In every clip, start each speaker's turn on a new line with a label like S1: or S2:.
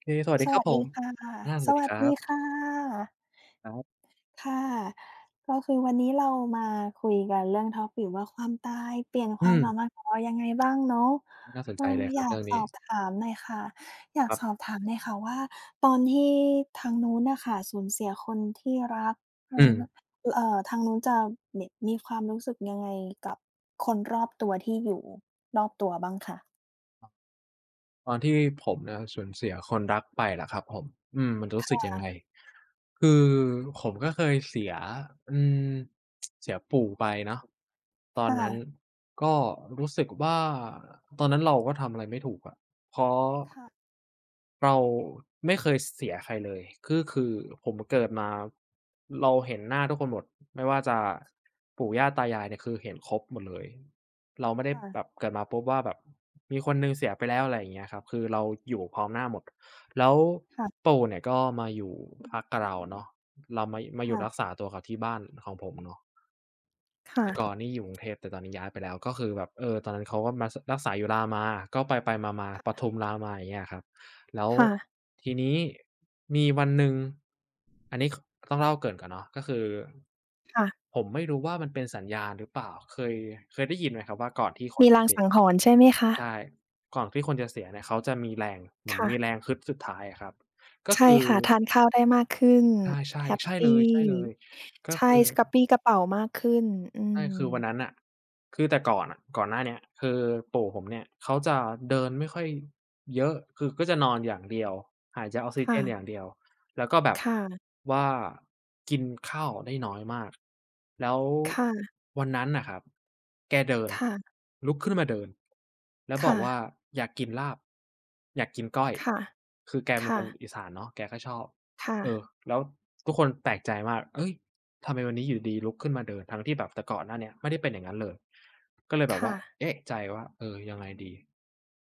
S1: เคสวัสดี
S2: ส
S1: ครับ
S2: วัส
S1: ผ
S2: ดี
S1: ม
S2: ค่ะ
S1: อาส
S2: ส
S1: วัสดี
S2: วั
S1: ค
S2: ส
S1: รั
S2: ดี
S1: บ
S2: ค่ะ
S1: ครับ
S2: ค่ะ ก็คือวันนี้เรามาคุยกันเรื่อง topic ว่าความตายเปลี่ยนค
S1: อื
S2: วาม
S1: ม
S2: สัมพันธ์ของเรายังไงบ้างเนาะ
S1: น่าสน
S2: เอ
S1: ใจ
S2: อ
S1: เลยค
S2: อ
S1: รับ
S2: ยาก
S1: เรื่อง
S2: ส
S1: นี้
S2: อบถามหน่อยค่ะอยา
S1: ค
S2: ก
S1: รั
S2: สอ
S1: บ
S2: บถามหน่อยค่ะว่าตอนที่ทางนู้นน่ะค่ะสูญเสียคนที่รักอะ
S1: อื
S2: ไร
S1: ม
S2: แบบทางนู้นจะแบบมีความรู้สึกยังไงกับคนรอบตัวที่อยู่รอบตัวบ้างคะ
S1: ตอนที่ผมเนี่ยสูญเสียคนรักไปล่ะครับผมมันรู้
S2: ค
S1: สึกยังไง
S2: ่ะ
S1: คือผมก็เคยเสียอืมเสียปู่ไปเนาะตอน
S2: ค่ะ
S1: นั้นก็รู้สึกว่าตอนนั้นเราก็ทำอะไรไม่ถูกอะเพราะ
S2: ค่ะ
S1: เราไม่เคยเสียใครเลยก็คือผมเกิดมาเราเห็นหน้าทุกคนหมดไม่ว่าจะปู่ย่าตายายเนี่ยคือเห็นครบหมดเลย เราไม่ได้
S2: ค่ะ
S1: แบบเกิดมาปุ๊บว่าแบบมีคนหนึ่งเสียไปแล้วอะไรอย่างเงี้ยครับคือเราอยู่พร้อมหน้าหมดแล้ว
S2: ค่ะ
S1: ปู่เนี่ยก็มาอยู่พักกับเราเนาะเรามาอยู่รัก
S2: ค่ะ
S1: ษาตัวกับที่บ้านของผมเนาะ
S2: ค่ะ
S1: แต่ก่อน
S2: ค
S1: นี่อยู่กรุงเทพแต่ตอนนี้ย้ายไปแล้วก็คือแบบเออตอนนั้นเขาก็มาสรักษาอยู่รามาก็ไปๆมาๆป
S2: ่ะ
S1: ทุมรามาอย่างเงี้ยครับแล้ว
S2: ค่ะ
S1: ทีนี้มีวันหนึ่งอันนี้คต้องเล่าเกริ่นก่อนเนาะก็คือ
S2: ค่ะ
S1: ผมไม่รู้ว่ามันเป็นสัญญาณหรือเปล่าเคยได้ยินไหมครับว่าก่อนที่คน
S2: มี
S1: จะ
S2: ลาง
S1: เสีย
S2: สังหรณ์ใช่ไหมคะ
S1: ใช่ก่อนที่คนจะเสียเนี่ยเขาจะมีแรงเหมือนมีแร
S2: ค่ะ
S1: งฮึดสุดท้ายอะครับก็
S2: ใช่
S1: คือ
S2: ค่ะทานข้าวได้มากขึ้น
S1: ใช่
S2: แฮป
S1: ๆใช่เล
S2: ปี
S1: ยๆก็
S2: ใช่
S1: คือ
S2: กระปรี้กระเปร่ามากขึ้น อื
S1: ใช่
S2: ม
S1: คือวันนั้นน่ะคือแต่ก่อนอะก่อนหน้าเนี้ยคือปู่ผมเนี่ยเขาจะเดินไม่ค่อยเยอะคือก็จะนอนอย่างเดียวหายใจออกซิเจ
S2: ค่ะ
S1: นอย่างเดียวแล้วก็แบบ
S2: ค่ะ
S1: ว่ากินข้าวได้น้อยมากแล้ว
S2: ค่ะ
S1: วันนั้นน่ะครับแกเดิน
S2: ค่ะ
S1: ลุกขึ้นมาเดินแล้วบอก
S2: ค่ะ
S1: ว่าอยากกินลาบอยากกินก้อย
S2: ค่ะ
S1: คือแกเป็นค
S2: ค่ะ
S1: นอีสานเนาะแกก็ชอบเออ
S2: ค่ะ
S1: แล้วทุกคนแปลกใจมากเฮ้ย ทำไมวันนี้อยู่ดีลุกขึ้นมาเดินทั้งที่แบบแต่ก่อนหน้าเนี้ยไม่ได้เป็นอย่างนั้นเลยก็เลยแบบว่า
S2: ค่ะ
S1: เอ๊ะใจว่าเออยังไงดี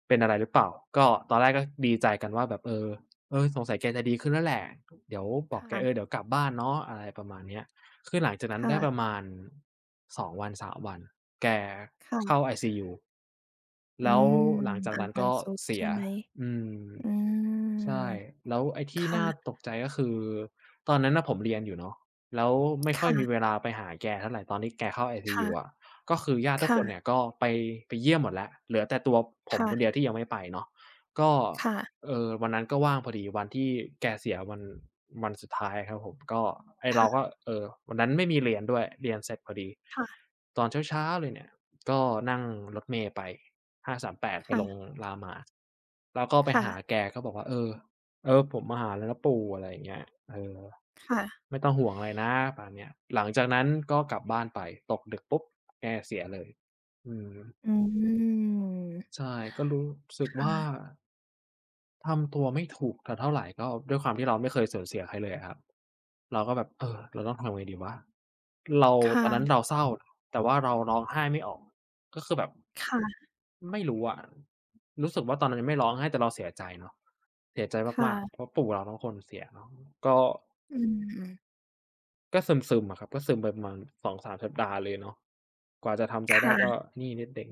S1: เป็นอะไรหรือเปล่าก็ตอนแรกก็ดีใจกันว่าแบบเออสงสัยแกจะดีขึ้นแล้วแหละเดี๋ยวบอกแกเออ
S2: ค่ะ
S1: เดี๋ยวกลับบ้านเนาะอะไรประมาณเนี้ยคือหลังจากนั้นได้ประ
S2: ค่ะ
S1: มาณ2วัน3วันแกเข้า
S2: ค่ะ
S1: ไอซียู
S2: อื
S1: แล้ว
S2: ม
S1: หลังจาก
S2: อา
S1: นั้น
S2: การ
S1: ก็
S2: ทรุด
S1: เสีย
S2: ใช่ไหม
S1: อืม
S2: อื
S1: ใช่
S2: ม
S1: แล้วไอ้ที่
S2: ค่ะ
S1: น่าตกใจก็คือ ตอนนั้นน่ะผมเรียนอยู่เนาะแล้วไม่ค่อยมีเว
S2: ค่ะ
S1: ลาไปหาแกเท่าไรตอนที่แกเข้าไอซียูอะ
S2: ค่ะ
S1: ก็คือญาติทุกค
S2: ค่ะ
S1: นเนี่ยก็ไปเยี่ยมหมดแล้ว เหลือแต่ตัวผมคนเดี
S2: ค่ะ
S1: ยวที่ยังไม่ไปเนาะก็
S2: ค่ะ
S1: เออวันนั้นก็ว่างพอดีวันที่แกเสียวันสุดท้ายครับผมก็ไอ้เราก็
S2: ค
S1: วันนั้นไม่มีเรียนด้วยเรียนเสร็จพอดี
S2: ่ะ
S1: ตอนเช้าๆเลยเนี่ยก็นั่งรถเมล์ไป538ไปลง
S2: ค่ะ
S1: รามมากแล้วก็ไป
S2: ค่ะ
S1: หาแกก็บอกว่าเออเออผมมาหาแล้วนะปู่อะไรอย่างเงี้ยเออ
S2: ค่ะ
S1: ไม่ต้องห่วงอะไรนะประมาณเนี้ยหลังจากนั้นก็กลับบ้านไปตกดึกปุ๊บแกเสียเลยอืม
S2: อืม
S1: ใช่ก็รู้สึกว่า
S2: ค่ะ
S1: ทำตัวไม่ถูกถักเท่าไรก็ด้วยความที่เราไม่เคยสูญเสียใครเลยอะครับเราก็แบบเออเราต้องทำไงดีวะเรา
S2: ค
S1: ตอนนั้น
S2: ่ะ
S1: เราเศร้าแต่ว่าเราร้องไห้ไม่ออกก็คือแบบ
S2: ค่ะ
S1: ไม่รู้อะรู้สึกว่าตอนนั้นยังไม่ร้องไห้แต่เราเสียใจเนาะเสียใจมากๆเพ
S2: ค่ะ
S1: ราะปู่เราทั้งคนเสียเนาะก็
S2: อืม
S1: ก็ซึมๆอะครับก็ซึมไปประมาณ2-3สามสัปดาห์เลยเนาะกว่าจะทำใจได้ก็
S2: ค่ะ
S1: นี่นิดหนึ่ง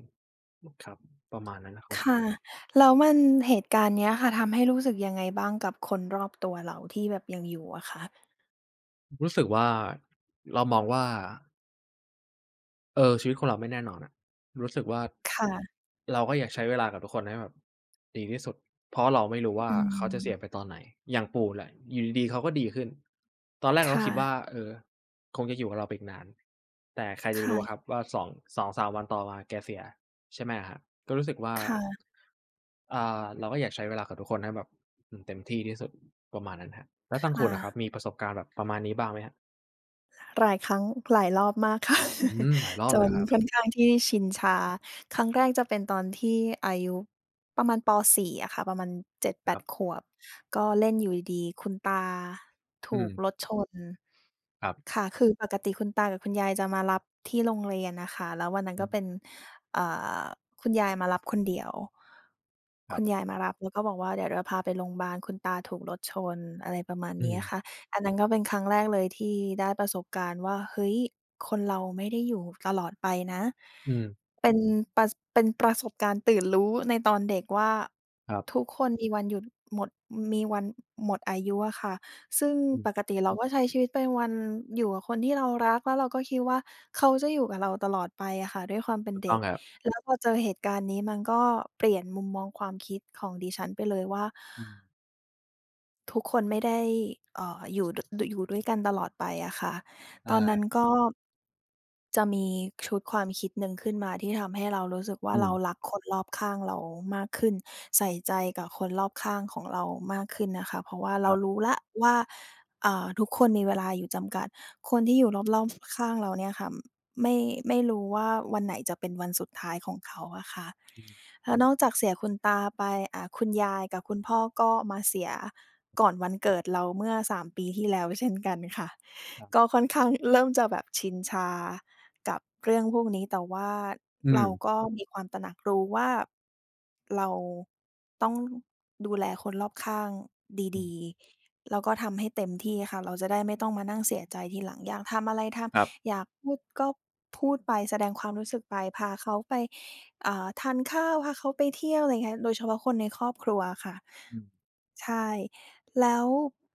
S1: ครับประมาณนั้นนะครับ
S2: ค่ะแล้วมันเหตุการณ์เนี้ยค่ะทำให้รู้สึกยังไงบ้างกับคนรอบตัวเราที่แบบยังอยู่อะคะ
S1: รู้สึกว่าเรามองว่า เออชีวิตคนเราไม่แน่นอนอะรู้สึกว่า
S2: ค่ะ
S1: เราก็อยากใช้เวลากับทุกคนให้แบบดีที่สุดเพราะเราไม่รู้ว่า
S2: อื
S1: เขาจะเสียไป
S2: ม
S1: ตอนไหนอย่างปู่แหละอยู่ดีๆเขาก็ดีขึ้นตอนแรก
S2: ค
S1: เราก็คิดว่า
S2: ่ะ
S1: เออคงจะอยู่กับเราไปอีกนานแต่ใครจะไปรู้อะครับ
S2: ค่ะ
S1: ว่าสองสามวันต่อมาแกเสียใช่ไหมอะครับก็รู้สึกว่า
S2: ค่ะ
S1: อ่าเราก็อยากใช้เวลากับทุกคนให้แบบเต็มที่ที่สุดประมาณนั้นครับแล้วทาง
S2: ค
S1: คุณอะครับ
S2: ่ะ
S1: มีประสบการณ์แบบประมาณนี้บ้างไหมครับ
S2: หลายครั้งหลายรอบมากค่ะ
S1: หลายรอบ
S2: จ
S1: เลยเหร
S2: น
S1: อครับ
S2: ค่อนข้างที่ชินชาครั้งแรกจะเป็นตอนที่อายุประมาณป4อะค่ะประมาณเจ็ดแป
S1: ครั
S2: ด
S1: บ
S2: ขวบก็เล่นอยู่ดีๆคุณตา
S1: อื
S2: ถูกรถ
S1: ม
S2: ชน
S1: ครับ
S2: ค่ะคือปกติคุณตากับคุณยายจะมารับที่โรงเรียนน่ะค่ะแล้ววันนั้น
S1: อื
S2: ก็เป็น
S1: ม
S2: อ่าคุณยายมารับคนเดียว
S1: ครั
S2: คุณยา
S1: บ
S2: ยมารับแล้วก็บอกว่าเดี๋ยวเดี๋ยวพาไปโรงบาลคุณตาถูกรถชนอะไรประมาณ
S1: อื
S2: นี้อะค่ะ
S1: ม
S2: อันนั้นก็เป็นครั้งแรกเลยที่ได้ประสบการณ์ว่าเฮ้ยคนเราไม่ได้อยู่ตลอดไปนะ
S1: อืม
S2: เป็นประประสบการณ์ตื่นรู้ในตอนเด็กว่า
S1: ครับ
S2: ทุกคนมีวันหยุดหมดมีวันหมดอายุอะค่ะซึ่ง
S1: อืม
S2: ปกติเราก็ใช้ชีวิตไปวันอยู่กับคนที่เรารักแล้วเราก็คิดว่าเขาจะอยู่กับเราตลอดไปอะค่ะด้วยความเป็น
S1: ถูกต้
S2: เด็
S1: อง
S2: ก
S1: ครับ
S2: แล้วพอเจอเหตุการณ์นี้มันก็เปลี่ยนมุมมองความคิดของดิฉันไปเลยว่า
S1: อืม
S2: ทุกคนไม่ได้อยู่ด้วยกันตลอดไปอะค่ะตอนนั้น
S1: ใช่
S2: ก็จะมีชุดความคิดหนึ่งขึ้นมาที่ทำให้เรารู้สึกว่า
S1: อื
S2: เรารั
S1: ม
S2: กคนรอบข้างเรามากขึ้นใส่ใจกับคนรอบข้างของเรามากขึ้นนะคะเพราะว่า
S1: ค
S2: เรา
S1: รับ
S2: รู้แล้วว่าทุกคนมีเวลาอยู่จำกัด คนที่อยู่รอบๆข้างเราเนี่ยค่ะไม่ไม่รู้ว่าวันไหนจะเป็นวันสุดท้ายของเขาอะค่ะ
S1: อืม
S2: แล้วนอกจากเสียคุณตาไปคุณยายกับคุณพ่อก็มาเสียก่อนวันเกิดเราเมื่อ3 ปีที่แล้วเช่นกันค่ะ
S1: ครั
S2: ก็
S1: บ
S2: ค่อนข้างเริ่มจะแบบชินชากับเรื่องพวกนี้แต่ว่า
S1: อืม
S2: เราก็มีความตระหนักรู้ว่าเราต้องดูแลคนรอบข้าง
S1: อื
S2: ดี
S1: ม
S2: ๆแล้วก็ทำให้เต็มที่ค่ะเราจะได้ไม่ต้องมานั่งเสียใจทีหลังอยากทำอะไรท
S1: ครับ
S2: ำอยากพูดก็พูดไปแสดงความรู้สึกไปพาเขาไป ทานข้าวพาเขาไปเที่ยวอะไรเงี้ยโดยเฉพาะคนในครอบครัวอะค่ะ
S1: อืม
S2: ใช่แล้ว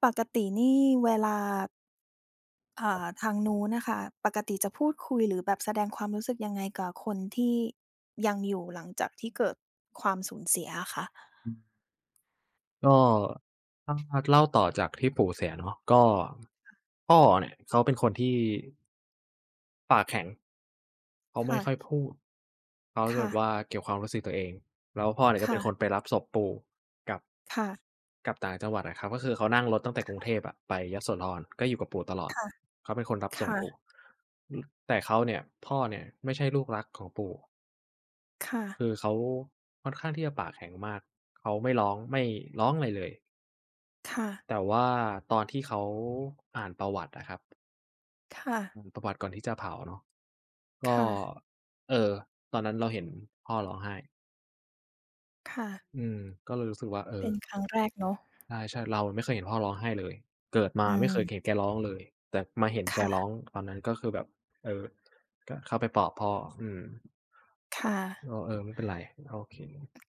S2: ปกตินี่เวลาทางนู้นน่ะค่ะปกติจะพูดคุยหรือแบบแสดงความรู้สึกยังไงกับคนที่ยังอยู่หลังจากที่เกิดความสูญเสียอะคะ
S1: อืมก็ถ้าเล่าต่อจากที่ปู่เสียเนาะก็พ่อเนี่ยเขาเป็นคนที่ปากแข็งเขาไม่
S2: ค่ะ
S1: ค่อยพูด เขาจะแบ
S2: ค่ะ
S1: บว่าเก็บความรู้สึกตัวเองแล้วพ่อเนี่ยก็เป็นคน
S2: ค่ะ
S1: ไปรับศพปู่กลับ
S2: ค่ะ
S1: กลับต่างจังหวัดอะครับก็คือเขานั่งรถตั้งแต่กรุงเทพอะไปยโสธรก็อยู่กับปู่ตลอด
S2: ค่ะ
S1: เขาเป็นคนรับส่งปู่
S2: ค่ะ
S1: อือแต่เขาเนี่ยพ่อเนี่ยไม่ใช่ลูกรักของปู่
S2: ค่ะ
S1: คือเขาค่อนข้างที่จะปากแข็งมากเขาไม่ร้องไม่ร้องอะไรเลย
S2: ค่ะ
S1: แต่ว่าตอนที่เขาอ่านประวัติอะครับ
S2: ค่ะ
S1: อมประวัติก่อนที่จะเผาเนาะก็
S2: ค่ะ
S1: เอ่อตอนนั้นเราเห็นพ่อร้องไห้
S2: ค่ะ
S1: อืมก็เลยรู้สึกว่าเออ
S2: เป็นครั้งแรกเนาะ
S1: ใช่ๆเราไม่เคยเห็นพ่อร้องไห้เลยเกิดมา
S2: อื
S1: ไม่เคยเห็
S2: ม
S1: นแกร้องเลยแต่มาเห็นแกร้
S2: ค่ะ
S1: องตอนนั้นก็คือแบบเออก็เข้าไปปลอบพ่ออืม
S2: ค่ะ
S1: ก็เออไม่เป็นไรโอเค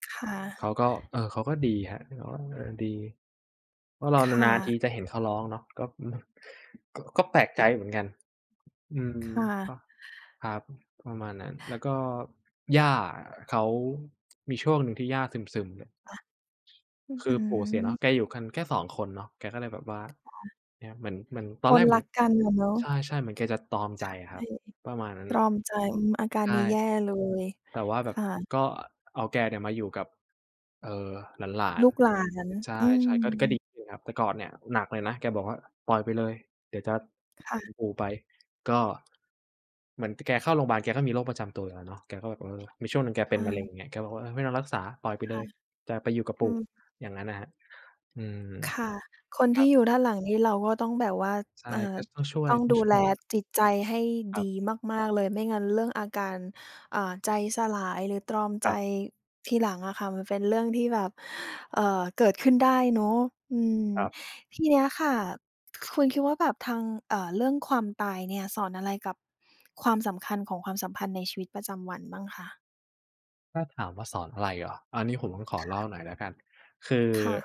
S2: ค่ะ
S1: เขาก็เออเขาก็ดีครับเขาก็เออดีเพราะเรานา
S2: ค่ะ
S1: นๆทีจะเห็นเขาร้องเนาะก็ อืมก็แปลกใจเหมือนกันอืม
S2: ค่ะ
S1: ก็ครับประมาณนั้นแล้วก็ย่าเขามีช่วงหนึ่งที่ย่าซึมๆเลย
S2: อะอื้อ
S1: คื
S2: ฮื
S1: อปู่เสียเนาะ
S2: อ
S1: แกอยู่กันแค่สองคนเนาะแกก็เลยแบบว่าเนี่ยเหมือนตอ
S2: ค
S1: นแร
S2: น
S1: กเหมือ
S2: รั
S1: น
S2: กกันอะเนาะ
S1: ใช่ๆเหมือนแกจะตรอม
S2: ใช
S1: ใจอะค
S2: ่
S1: รับประมาณนั้น
S2: ตร
S1: น่ะ
S2: อมใจอืมอาการนี้แย่
S1: ใช่
S2: เลย
S1: แต่ว่าแบบ
S2: ค่ะ
S1: ก็เอาแกเนี่ยมาอยู่กับเอ่อหลาน
S2: ลูกหลาน
S1: ๆใช่
S2: อื
S1: ๆก็
S2: ม
S1: ก็ดีขึ้นครับแต่ก่อนเนี่ยหนักเลยนะแกบอกว่าปล่อยไปเลยเดี๋ยวจะ
S2: ค
S1: ปู่ไปก็เหมือนแกเข้าโรงพยาบาลแกก็มีโรคประจำตัวอยู่แล้วเนาะแกก็แบบเออมีช่วงหนึ่งแกเป็นมะเร็งอ
S2: ่ะ
S1: ย่างเงี้ยแกบอกว่าเออไม่ต้องรักษาปล่อยไปเลย
S2: ๆ
S1: จะไปอยู่กับ
S2: ๆอื
S1: ปู่
S2: ม
S1: อย่างงั้นน่ะครับอืม
S2: ค่ะคน
S1: ครั
S2: ที่อ
S1: บ
S2: ยู่ด้านหลังนี่เราก็ต้องแบบว่า
S1: ใช่
S2: อ่า
S1: ก็ต้องช่วย
S2: ต้อง
S1: ต้อง
S2: ดู
S1: ช่
S2: แล
S1: วย
S2: จิตใจให้
S1: ค
S2: ดี
S1: รั
S2: มากๆเลยไม่งั้นเรื่องอาการใจสลายหรือตรอม
S1: บ
S2: ใจ
S1: ๆ
S2: ทีหลังอะค่ะมันเป็นเรื่องที่แบบเกิดขึ้นได้เนาะอืม
S1: ๆ
S2: ทีเนี้ยค่ะคุณคิดว่าแบบทางเรื่องความตายเนี่ยสอนอะไรกับความสำคัญของความสัมพันธ์ในชีวิตประจำวันบ้างคะ
S1: ถ้าถามว่าสอนอะไรเหรออันนี้ผมต้องขอเล่าหน่อยแล้วกันคือ
S2: ค่ะ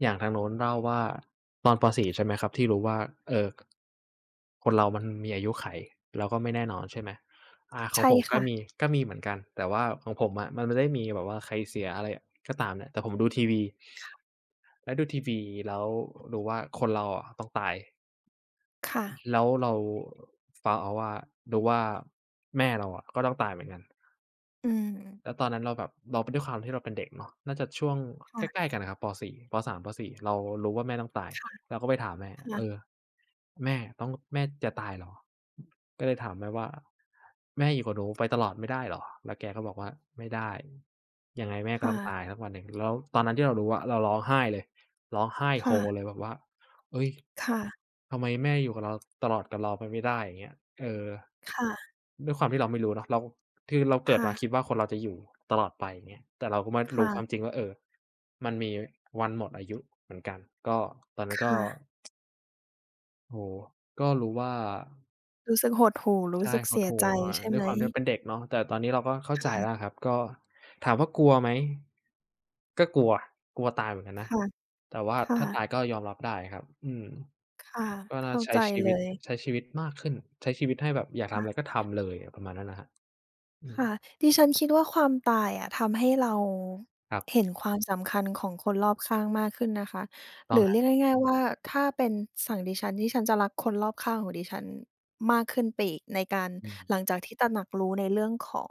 S1: อย่างทางโน้นเล่าว่าตอนป4ใช่ไหมครับที่รู้ว่าเอ่อคนเรามันมีอายุไขแล้วก็ไม่แน่นอนใช่ไหมอาของ
S2: ใช่
S1: ผมก็
S2: ค่ะ
S1: มีก็มีเหมือนกันแต่ว่าของผมอะมันไม่ได้มีแบบว่าใครเสียอะไรก็ตามเนี่ยแต่ผมดูทีวีแล้วดูทีวีแล้วรู้ว่าคนเราอะต้องตาย
S2: ค่ะ
S1: แล้วเรา found out ว่ารู้ว่าแม่เราอะก็ต้องตายเหมือนกัน
S2: อืม
S1: แล้วตอนนั้นเราแบบเราด้วยความที่เราเป็นเด็กเนาะน่าจะช่วงใกล้ๆ
S2: ค่ะ
S1: กันนะครับปสี่ป3ปสี่เรารู้ว่าแม่ต้องตาย
S2: ค่ะ
S1: เราก็ไปถามแม่เออ
S2: ค่ะ
S1: แม่ต้องแม่จะตายเหรอก็เลยถามแม่ว่าแม่อยู่กับหนูไปตลอดไม่ได้เหรอแล้วแกก็บอกว่าไม่ได้ยังไงแม่
S2: ค
S1: ก็ต้องตาย
S2: ่ะ
S1: สักวันหนึ่งแล้วตอนนั้นที่เรารู้อะเราร้องไห้เลยร้องไห้โฮเล
S2: ค่ะ
S1: ยแบบว่าเฮ้ย
S2: ค่ะ
S1: ทำไมแม่อยู่กับเราตลอดกับเราไปไม่ได้อย่างเงี้ยเออ
S2: ค่ะ
S1: ด้วยความที่เราไม่รู้เนาะเรา คือเราเกิด
S2: ค่ะ
S1: มาคิดว่าคนเราจะอยู่ตลอดไปเงี้ยแต่เราก็มารู้ความจริ
S2: ค่ะ
S1: งว่ามันมีวันหมดอายุเหมือนกันก็ตอนนั้นก็
S2: ค่ะ
S1: โอ้โฮก็รู้ว่า
S2: รู้สึกหดหู่รู้
S1: ใช่
S2: สึก
S1: หด
S2: เสีย
S1: หู่
S2: ใจใช่
S1: ด้ว
S2: ไห
S1: ย
S2: ม
S1: ความที่เราเป็นเด็กเนาะแต่ตอนนี้เราก็เข้าใจแล้
S2: ค่ะ
S1: วะครับก็ถามว่ากลัวไหมก็กลัวกลัวตายเหมือนกันนะ
S2: ค่ะ
S1: แต่ว่า
S2: ค่ะ
S1: ถ้าตายก็ยอมรับได้ครับอืม
S2: ค่ะ
S1: ก็น่า
S2: เข้า
S1: ใช้
S2: ใจ
S1: ชี
S2: เล
S1: วิต
S2: ย
S1: ใช้ชีวิตมากขึ้นใช้ชีวิตให้แบบอยากทำ
S2: ค่ะ
S1: อะไรก็ทำเลยประมาณนั้นนะครับอืม
S2: ค่ะดิฉันคิดว่าความตายอะทำให้เรา
S1: ครับ
S2: เห็นความสำคัญของคนรอบข้างมากขึ้นนะคะ
S1: ต้
S2: ห
S1: อง
S2: รือ
S1: ครั
S2: เรียก
S1: บ
S2: ง่ายๆว่าถ้าเป็นฝั่งดิฉันดิฉันจะรักคนรอบข้างของดิฉันมากขึ้นไปอีกในการ
S1: อื
S2: หลัง
S1: ม
S2: จากที่ตระหนักรู้ในเรื่องของ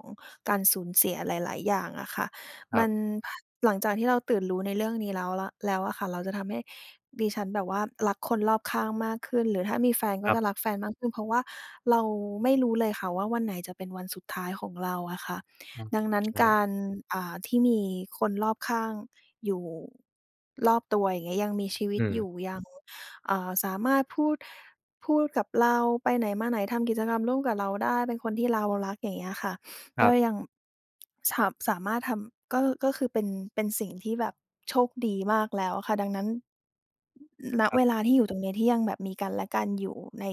S2: การสูญเสียหลายๆอย่างอะค่ะ
S1: ครั
S2: มั
S1: บ
S2: นพหลังจากที่เราตื่นรู้ในเรื่องนี้แล้วอะค่ะเราจะทำให้ ดิฉันแบบว่ารักคนรอบข้างมากขึ้นหรือถ้ามีแฟน
S1: ค
S2: ก็
S1: รับ
S2: จะรักแฟนมากขึ้นเพราะว่าเราไม่รู้เลยค่ะว่าวันไหนจะเป็นวันสุดท้ายของเราอะค่ะ
S1: อา
S2: ดังนั้น
S1: ใช่
S2: การที่มีคนรอบข้างอยู่รอบตัวอย่างเงี้ยยังมีชีวิ
S1: อื
S2: ตอยู่
S1: ม
S2: ยังสามารถพูดพูดกับเราไปไหนมาไหนทำกิจกรรมร่วมกับเราได้เป็นคนที่เรารักอย่างเงี้ยค่ะ
S1: ค
S2: ก็
S1: รับ
S2: ยังสามารถทำก็คือเป็นเป็นสิ่งที่แบบโชคดีมากแล้วอะค่ะดังนั้นณ
S1: ค
S2: เวลา
S1: ร
S2: ที่อยู่ตรงเนี้ยที่ยังแบบมีกันและกันอยู่ใน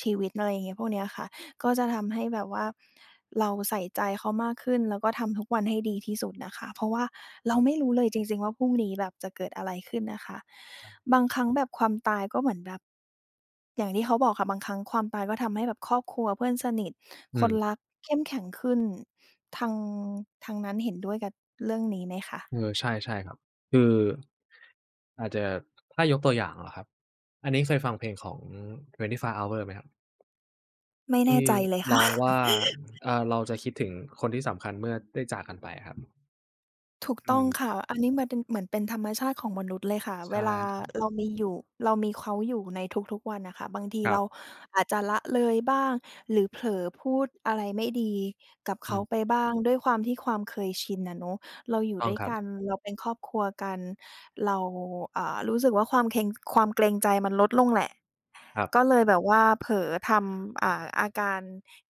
S2: ชีวิตอะไรอย่างเงี้ยพวกเนี้ยค่ะ ก็จะทำให้แบบว่าเราใส่ใจเขามากขึ้นแล้วก็ทำทุกวันให้ดีที่สุดนะคะเพราะว่าเรา
S1: ับ
S2: ไม่
S1: ๆ
S2: รู้เลยจริงๆว่าพรุ่งนี้แบบจะเกิดอะไรขึ้นนะคะบางครั้งแบบความตายก็เหมือนแบบอย่างที่เขาบอกค่ะบางครั้งความตายก็ทำให้แบบครอบครัวเพื่อนสนิทค
S1: อื
S2: นรั
S1: ม
S2: กเข้มแข็งขึ้นทางทางนั้นเห็นด้วยกับเรื่องนี้ไหมคะ
S1: เออใช่ใช่ครับ คืออาจจะ ถ้ายกตัวอย่างเหรอครับ อันนี้เคยฟังเพลงของ25 Hours ไหมครับ
S2: ไม่แน่
S1: ที่
S2: ใจเลย
S1: ร้
S2: ค่ะ
S1: องว่าเราจะคิดถึงคนที่สำคัญเมื่อได้จากกันไปอะครับ
S2: ถูก
S1: อื
S2: ต้อง
S1: ม
S2: ค่ะ อันนี้มันเป็นเหมือนเป็นธรรมชาติของมนุษย์เลยค่ะ
S1: ใช
S2: เวลา
S1: ่
S2: เรามีอยู่เรามีเขาอยู่ในทุกๆวันน่ะค่ะบางที
S1: ครับ
S2: เราอาจจะละเลยบ้าง หรือเผลอพูดอะไรไม่ดีกับ
S1: อื
S2: เขาไป
S1: ม
S2: บ้าง ด้วยความที่ความเคยชินอะเนาะเรา
S1: ถู
S2: อ
S1: ก
S2: ยู่
S1: ต้อ
S2: ด้
S1: ง
S2: วย
S1: ครับ
S2: กัน เราเป็นครอบครัวกัน เรารู้สึกว่าความเค็งความเกรงใจมันลดลงแหละ
S1: ครับ
S2: ก็เลยแบบว่าเผลอทำอาการ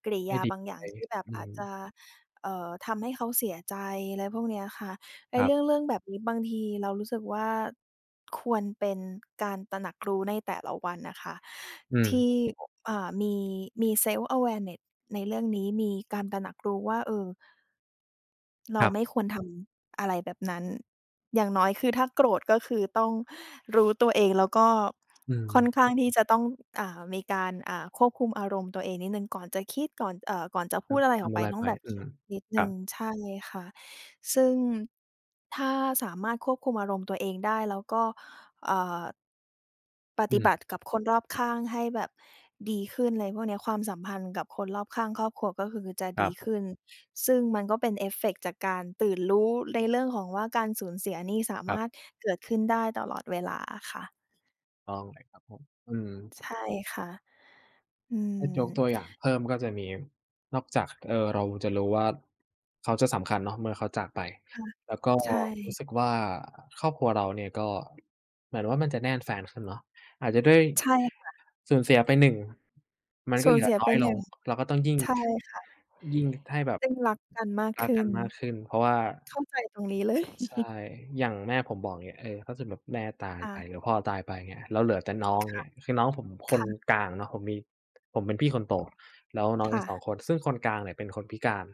S2: กริ
S1: ไม่
S2: ยา
S1: ดี
S2: บางอ
S1: ใจ
S2: ย่างที่แบบ
S1: อื
S2: อาจ
S1: ม
S2: จะทำให้เขาเสียใจอะไรพวกเนี้ยค่ะ
S1: ค
S2: ไอ้
S1: รับ
S2: เรื่องแบบนี้บางทีเรารู้สึกว่าควรเป็นการตระหนักรู้ในแต่ละวันน่ะค่ะ
S1: อืม
S2: ที่อ่ามีมี self awareness ในเรื่องนี้มีการตระหนักรู้ว่าเออ
S1: ค
S2: เรา
S1: รั
S2: ไม่
S1: บ
S2: ควรทำอะไรแบบนั้น อย่างน้อยคือถ้าโกรธก็คือต้องรู้ตัวเองแล้วก็
S1: อืม
S2: ค่อนข้างที่จะต้องมีการควบคุมอารมณ์ตัวเองนิดหนึ่งก่อนจะคิดก่อนก่อนจะ
S1: ค
S2: พู
S1: รับ
S2: ดอะไรออ
S1: ทำ
S2: กไป
S1: อะไร
S2: ต้อ
S1: ไป
S2: งแบบ
S1: อื
S2: คิ
S1: ม
S2: ดนิดห
S1: ครั
S2: นึ่
S1: บ
S2: งใช่ค่ะซึ่งถ้าสามารถควบคุมอารมณ์ตัวเองได้แล้วก็เอ่อป
S1: อื
S2: ฏิบัติ
S1: ม
S2: กับคนรอบข้างให้แบบดีขึ้นอะไรพวกเนี้ยความสัมพันธ์กับคนรอบข้างครอบครัวก็คือจะ
S1: ครั
S2: ดีขึ้น ซึ่งมันก็เป็นเอฟเฟกต์จากการตื่นรู้ในเรื่องของว่าการสูญเสียนี่สา
S1: บๆ
S2: มารถเกิดขึ้นได้ตลอดเวลาค่ะ
S1: ถูกต้องเลยครับผมอืม
S2: ใช่ค่ะอื
S1: ถ้ายกตัวอ
S2: ม
S1: ย่างเพิ่มก็จะมีนอกจากเราจะรู้ว่าเขาจะสำคัญเนาะเมื่อเขาจากไป
S2: ค่ะ
S1: แล้วก็
S2: ใช่
S1: รู้สึกว่าครอบครัวเราเนี่ยก็เหมือนว่ามันจะแน่นแฟนขึ้นเนาะอาจจะด้วย
S2: ใช่ค่ะ
S1: สูญเสียไปหนึ่งมันก็
S2: สู
S1: เห
S2: ญ
S1: ลือ
S2: เสีย
S1: น้
S2: ไป
S1: อยลง
S2: 1
S1: เราก็ต้องยิ่ง
S2: ใช่ค่ะ
S1: ยิ่งให้แบบ
S2: ซึ่งรักกันมาก
S1: รัก
S2: ขึ้
S1: กัน
S2: น
S1: มากขึ้นเพราะว่า
S2: เข้าใจตรงนี้เลย
S1: ใช่อย่างแม่ผมบอกเงี้ยเออถ้าสมมุติแม่ตา ยไปหรื
S2: ค่ะ
S1: อพ่อตายไปเงี้ยแล้วเหลือแต่น้องเงี้ยคือน้องผมคน
S2: ค่ะ
S1: กลางเนาะผมเป็นพี่คนโตแล้วน้องอีก
S2: ค่ะ
S1: สองคน ซึ่งคนกลางเนี่ยเป็นคนพิการ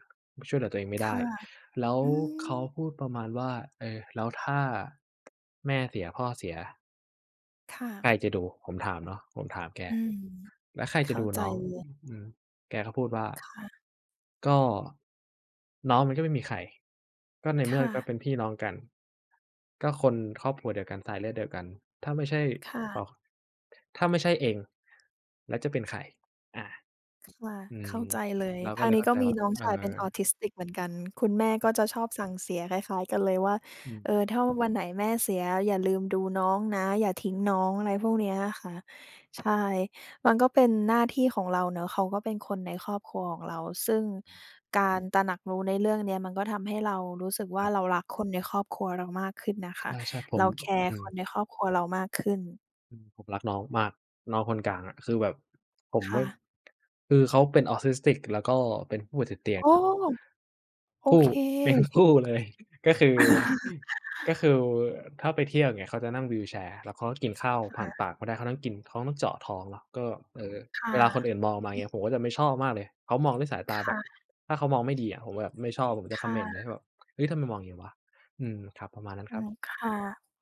S1: ช่วยเหลือตัวเองไม่ได้
S2: ค่ะ
S1: แล้ว
S2: อืม
S1: เขาพูดประมาณว่าเออแล้วถ้าแม่เสียพ่อเสีย
S2: ค่ะ
S1: ใครจะดู ผมถามเนาะผมถามแก
S2: อืม
S1: แล้วใครจะ
S2: เข้า
S1: ดู
S2: ใจ
S1: น้อง
S2: เลย
S1: อืมแกก็พูดว่า
S2: ค่ะ
S1: ก็น้องมันก็ไม่มีใครก็ในเมื่อ
S2: ค่ะ
S1: ก็เป็นพี่น้องกันก็คนครอบครัวเดียวกันสายเลือดเดียวกันถ้าไม่ใช่ออก
S2: ค่ะ
S1: ถ้าไม่ใช่เองแล้วจะเป็นใครอา
S2: ค่ะ
S1: อืม
S2: เข้าใจเลย
S1: เราก็
S2: ทา
S1: เล
S2: ง
S1: ย
S2: นี้
S1: เข้า
S2: ก็
S1: ใจ
S2: มี
S1: ว่า
S2: น้องชายเป็นออทิสติกเหมือนกันคุณแม่ก็จะชอบสั่งเสียคล้ายๆกันเลยว่า
S1: อืม
S2: เออถ้าวันไหนแม่เสียอย่าลืมดูน้องนะอย่าทิ้งน้องอะไรพวกเนี้ยอะค่ะใช่มันก็เป็นหน้าที่ของเราเนาะเขาก็เป็นคนในครอบครัวของเราซึ่งการตระหนักรู้ในเรื่องเนี้ยมันก็ทำให้เรารู้สึก
S1: ค
S2: ว่า
S1: รั
S2: เรา
S1: บ
S2: รักคนในครอบครัวเรามากขึ้นนะคะ
S1: ใช่ๆผม
S2: เราแคร์
S1: อื
S2: ค
S1: ม
S2: นในครอบครัวเรามากขึ้น
S1: อืมผมรักน้องมากน้องคนกลางอะคือแบบผมไม่
S2: ค่ะ
S1: คือเขาเป็น Autistic แล้วก็เป็นผู้ป่วยติดเตียง
S2: โอ้โอ
S1: คู่
S2: เค
S1: เป็นคู่เลย ก็คือ ก็คือถ้าไปเที่ยวอย่างเงี้ยเขาจะนั่งวีลแชร์แล้วเขาก็กินข้าวผ่าน
S2: ค่ะ
S1: ปากไม่ได้เขาต้องกินเขาต้องเจาะท้องเนาะก็เอ่อ
S2: ค
S1: เวลาคน
S2: ่ะ
S1: อื่นมองมาอย่างเงี้ยผมก็จะไม่ชอบมากเลยเขามองด้วยสายตาแบบ
S2: ค่ะ
S1: ถ้าเขามองไม่ดีอะผมแบบไม่ชอบผมจะคอมเมนต์ไว้
S2: ค่ะ
S1: แบบเฮ้ยทำไมมองอย่างงี้วะอืมครับประมาณนั้น
S2: อื
S1: ครั
S2: ม
S1: บ
S2: ค่ะ